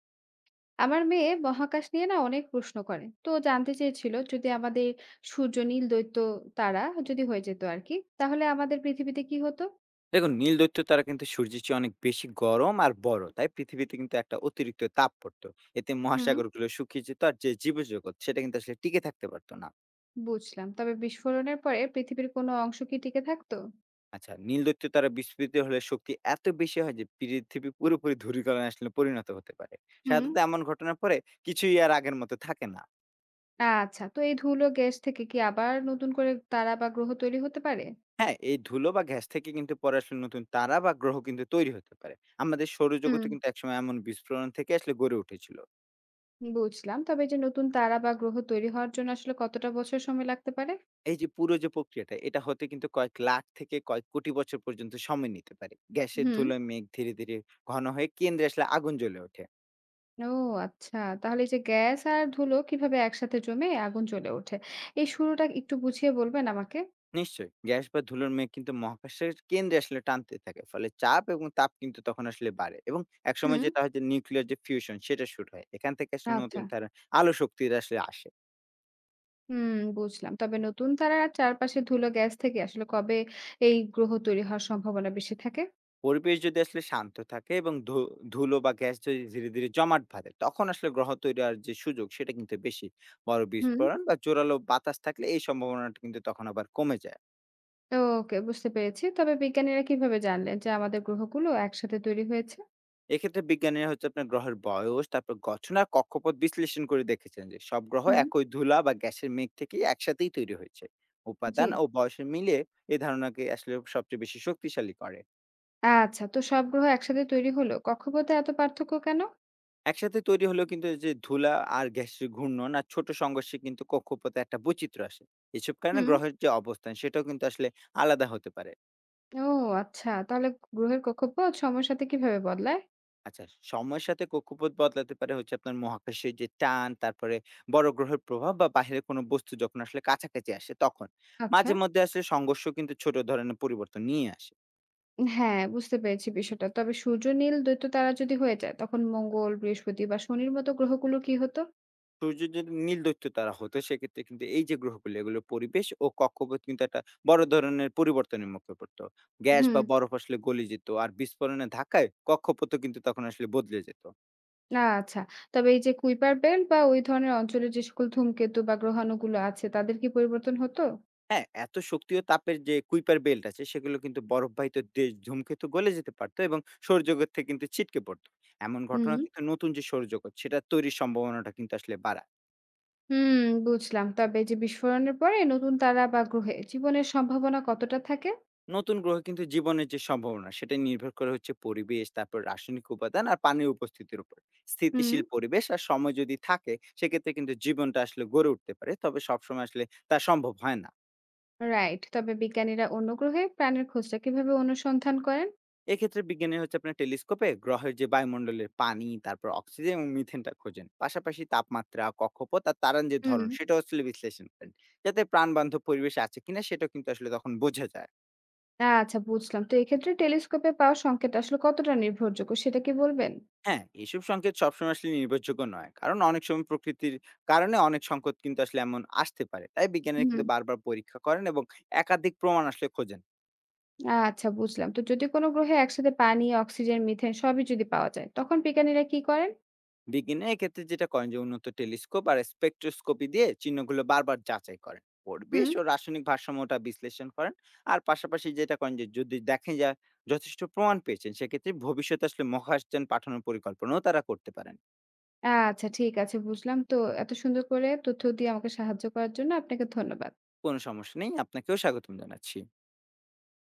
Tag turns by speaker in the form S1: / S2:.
S1: আমার মেয়ে মহাকাশ নিয়ে না অনেক প্রশ্ন করে, তো জানতে চেয়েছিল যদি আমাদের সূর্য নীল দ্বৈত তারা যদি হয়ে যেত আর কি, তাহলে আমাদের পৃথিবীতে কি হতো?
S2: দেখুন, নীল দৈত্য তারা কিন্তু সূর্যের চেয়ে অনেক বেশি গরম আর বড়। তাই পৃথিবীতে কিন্তু একটা অতিরিক্ত তাপ পড়তো। এতে
S1: হুম,
S2: মহাসাগরগুলো শুকিয়ে যেত আর যে জীবজগৎ সেটা কিন্তু আসলে টিকে থাকতে পারতো না।
S1: বুঝলাম। তবে বিস্ফোরণের পরে পৃথিবীর কোনো অংশ কি টিকে থাকতো?
S2: আচ্ছা, নীল দৈত্য তারা বিস্ফোরিত হলে শক্তি এত বেশি হয় যে পৃথিবী পুরোপুরি ধূলিকণায় আসলে পরিণত হতে পারে।
S1: হুম।
S2: সাধারণত এমন ঘটনার পরে কিছুই আর আগের মতো থাকে না।
S1: আচ্ছা, তো এই ধুলো গ্যাস থেকে কি আবার নতুন করে তারা বা গ্রহ তৈরি হতে পারে?
S2: হ্যাঁ, এই ধুলো বা গ্যাস থেকে কিন্তু পরে আসলে নতুন তারা বা গ্রহ কিন্তু তৈরি হতে পারে। আমাদের সৌরজগতে
S1: হুম,
S2: কিন্তু একসময় এমন বিস্ফোরণ থেকে আসলে গড়ে উঠেছিল।
S1: বুঝলাম। তবে এই যে নতুন তারা বা গ্রহ তৈরি হওয়ার জন্য আসলে কতটা বছর সময় লাগতে পারে?
S2: এই যে পুরো যে প্রক্রিয়াটা, এটা হতে কিন্তু কয়েক লাখ থেকে কয়েক কোটি বছর পর্যন্ত সময় নিতে পারে। গ্যাসের
S1: হুম।
S2: ধুলোয় মেঘ ধীরে ধীরে ঘন হয়ে কেন্দ্রে আসলে আগুন জ্বলে ওঠে।
S1: ও আচ্ছা। তাহলে এই যে গ্যাস আর ধুলো কিভাবে একসাথে জমে আগুন জ্বলে ওঠে? এই শুরুটা একটু বুঝিয়ে বলবেন আমাকে?
S2: নিশ্চয়ই গ্যাস বা ধুলোর মেঘ কিন্তু মহাকাশের কেন্দ্রে আসলে টানতে থাকে। ফলে চাপ এবং তাপ কিন্তু তখন আসলে বাড়ে এবং একসময়
S1: হুম।
S2: যেটা হয় যে নিউক্লিয়ার যে ফিউশন সেটা শুরু হয়। এখান থেকে আসলে
S1: আচ্ছা।
S2: নতুন তারা আলো শক্তির আসলে আসে।
S1: হুম, বুঝলাম। তবে নতুন তারার চারপাশে ধুলো গ্যাস থেকে আসলে কবে এই গ্রহ তৈরি হওয়ার সম্ভাবনা বেশি থাকে?
S2: পরিবেশ যদি আসলে শান্ত থাকে এবং ধুলো বা গ্যাস যদি ধীরে ধীরে জমাট বাঁধে তখন আসলে গ্রহ তৈরি হওয়ার যে সুযোগ সেটা কিন্তু বেশি। বড়
S1: হুম।
S2: বিস্ফোরণ বা জোরালো বাতাস থাকলে এই সম্ভাবনাটা কিন্তু তখন আবার কমে যায়।
S1: ওকে, বুঝতে পেরেছি। তবে বিজ্ঞানীরা কিভাবে জানলেন যে আমাদের গ্রহগুলো একসাথে তৈরি হয়েছে?
S2: এক্ষেত্রে বিজ্ঞানীরা হচ্ছে আপনার গ্রহের বয়স, তারপর গঠন আর কক্ষপথ বিশ্লেষণ করে দেখেছেন যে সব গ্রহ
S1: হুম।
S2: একই ধুলা বা গ্যাসের মেঘ থেকে একসাথেই তৈরি হয়েছে।
S1: জি।
S2: উপাদান ও বয়সের মিলে এই ধারণাকে আসলে সবচেয়ে বেশি শক্তিশালী করে।
S1: আচ্ছা, তো সব গ্রহ একসাথে তৈরি হলেও কক্ষপথে এত পার্থক্য কেন?
S2: একসাথে তৈরি হলেও কিন্তু এই যে ধুলা আর গ্যাসের ঘূর্ণন আর ছোট সংঘর্ষে কিন্তু কক্ষপথে একটা বৈচিত্র্য আসে। এসব কারণে
S1: হুম।
S2: গ্রহের যে অবস্থান সেটাও কিন্তু আসলে আলাদা হতে পারে।
S1: ও আচ্ছা। তাহলে গ্রহের কক্ষপথ সময়ের সাথে কিভাবে বদলায়?
S2: আচ্ছা, সময়ের সাথে কক্ষপথ বদলাতে পারে হচ্ছে আপনার মহাকাশের যে টান, তারপরে বড় গ্রহের প্রভাব বা বাইরের কোনো বস্তু যখন আসলে কাছাকাছি আসে তখন
S1: আচ্ছা।
S2: মাঝে মধ্যে আসলে সংঘর্ষ কিন্তু ছোট ধরনের পরিবর্তন নিয়ে আসে।
S1: হ্যাঁ, বুঝতে পেরেছি বিষয়টা। তবে সূর্য নীল দ্বৈত তারা যদি হয়ে যায়, তখন মঙ্গল, বৃহস্পতি বা শনির মতো গ্রহগুলো কি হতো?
S2: সূর্য যদি নির্লিপ্ত তারা হতো সেক্ষেত্রে কিন্তু এই যে গ্রহগুলো এগুলোর পরিবেশ ও কক্ষপথ কিন্তু একটা বড় ধরনের পরিবর্তনের মুখে পড়তো। গ্যাস
S1: হুম।
S2: বা বরফ আসলে গলে যেত আর বিস্ফোরণের ধাক্কায় কক্ষপথও কিন্তু তখন আসলে বদলে যেত।
S1: আচ্ছা। তবে এই যে কুইপার বেল্ট বা ওই ধরনের অঞ্চলে যে সকল ধূমকেতু বা গ্রহাণুগুলো আছে, তাদের কি পরিবর্তন হতো?
S2: হ্যাঁ, এত শক্তি ও তাপের যে কুইপার বেল্ট আছে সেগুলো কিন্তু বরফবাহিত দেশ ধূমকেতু গলে যেতে পারতো এবং সৌরজগৎ থেকে কিন্তু ছিটকে পড়তো। এমন
S1: হুম।
S2: ঘটনা কিন্তু নতুন যে সৌরজগৎ সেটা তৈরির সম্ভাবনাটা কিন্তু আসলে বাড়ায়।
S1: হুম, বুঝলাম। তবে এই যে বিস্ফোরণের পরে নতুন তারা বা গ্রহে জীবনের সম্ভাবনা কতটা থাকে?
S2: নতুন গ্রহে কিন্তু জীবনের যে সম্ভাবনা সেটা নির্ভর করে হচ্ছে পরিবেশ, তারপর রাসায়নিক উপাদান আর পানির উপস্থিতির উপর।
S1: হুম।
S2: স্থিতিশীল পরিবেশ আর সময় যদি থাকে সেক্ষেত্রে কিন্তু জীবনটা আসলে গড়ে উঠতে পারে, তবে সবসময় আসলে তা সম্ভব হয় না।
S1: রাইট। তবে বিজ্ঞানীরা অন্য গ্রহে প্রাণের খোঁজটা কিভাবে অনুসন্ধান করেন?
S2: এক্ষেত্রে বিজ্ঞানী হচ্ছে আপনার টেলিস্কোপে গ্রহের যে বায়ুমণ্ডলের পানি, তারপর অক্সিজেন এবং মিথেনটা খোঁজেন। পাশাপাশি তাপমাত্রা, কক্ষপথ আর তারান যে ধরন
S1: হুম।
S2: সেটা আসলে বিশ্লেষণ করেন যাতে প্রাণবান্ধব পরিবেশ আছে কিনা সেটা কিন্তু আসলে তখন বোঝা যায়।
S1: আচ্ছা, বুঝলাম। তো এক্ষেত্রে টেলিস্কোপে পাওয়া সংকেত আসলে কতটা নির্ভরযোগ্য সেটা কি বলবেন?
S2: হ্যাঁ, এসব সংকেত সবসময় আসলে নির্ভরযোগ্য নয়। কারণ অনেক সময় প্রকৃতির কারণে অনেক সংকট কিন্তু আসলে এমন আসতে পারে। তাই বিজ্ঞানীরা কিন্তু
S1: হুম।
S2: বারবার পরীক্ষা করেন এবং একাধিক প্রমাণ আসলে খোঁজেন।
S1: আচ্ছা, বুঝলাম। তো যদি কোনো গ্রহে একসাথে পানি, অক্সিজেন, মিথেন সবই যদি পাওয়া যায়, তখন বিজ্ঞানীরা কি করেন?
S2: বিজ্ঞানীরা এক্ষেত্রে যেটা করেন যে উন্নত টেলিস্কোপ আর স্পেকট্রোস্কোপি দিয়ে চিহ্নগুলো বারবার যাচাই করেন।
S1: হুম।
S2: পরিবেশ ও রাসায়নিক ভারসাম্যটা বিশ্লেষণ করেন। আর পাশাপাশি যেটা করেন যে যদি দেখেন যে যথেষ্ট প্রমাণ পেয়েছেন সেক্ষেত্রে ভবিষ্যতে আসলে মহাকাশযান পাঠানোর পরিকল্পনাও তারা করতে পারেন।
S1: আচ্ছা, ঠিক আছে, বুঝলাম। তো এত সুন্দর করে তথ্য দিয়ে আমাকে সাহায্য করার জন্য আপনাকে ধন্যবাদ।
S2: কোনো সমস্যা নেই। আপনাকেও স্বাগতম জানাচ্ছি।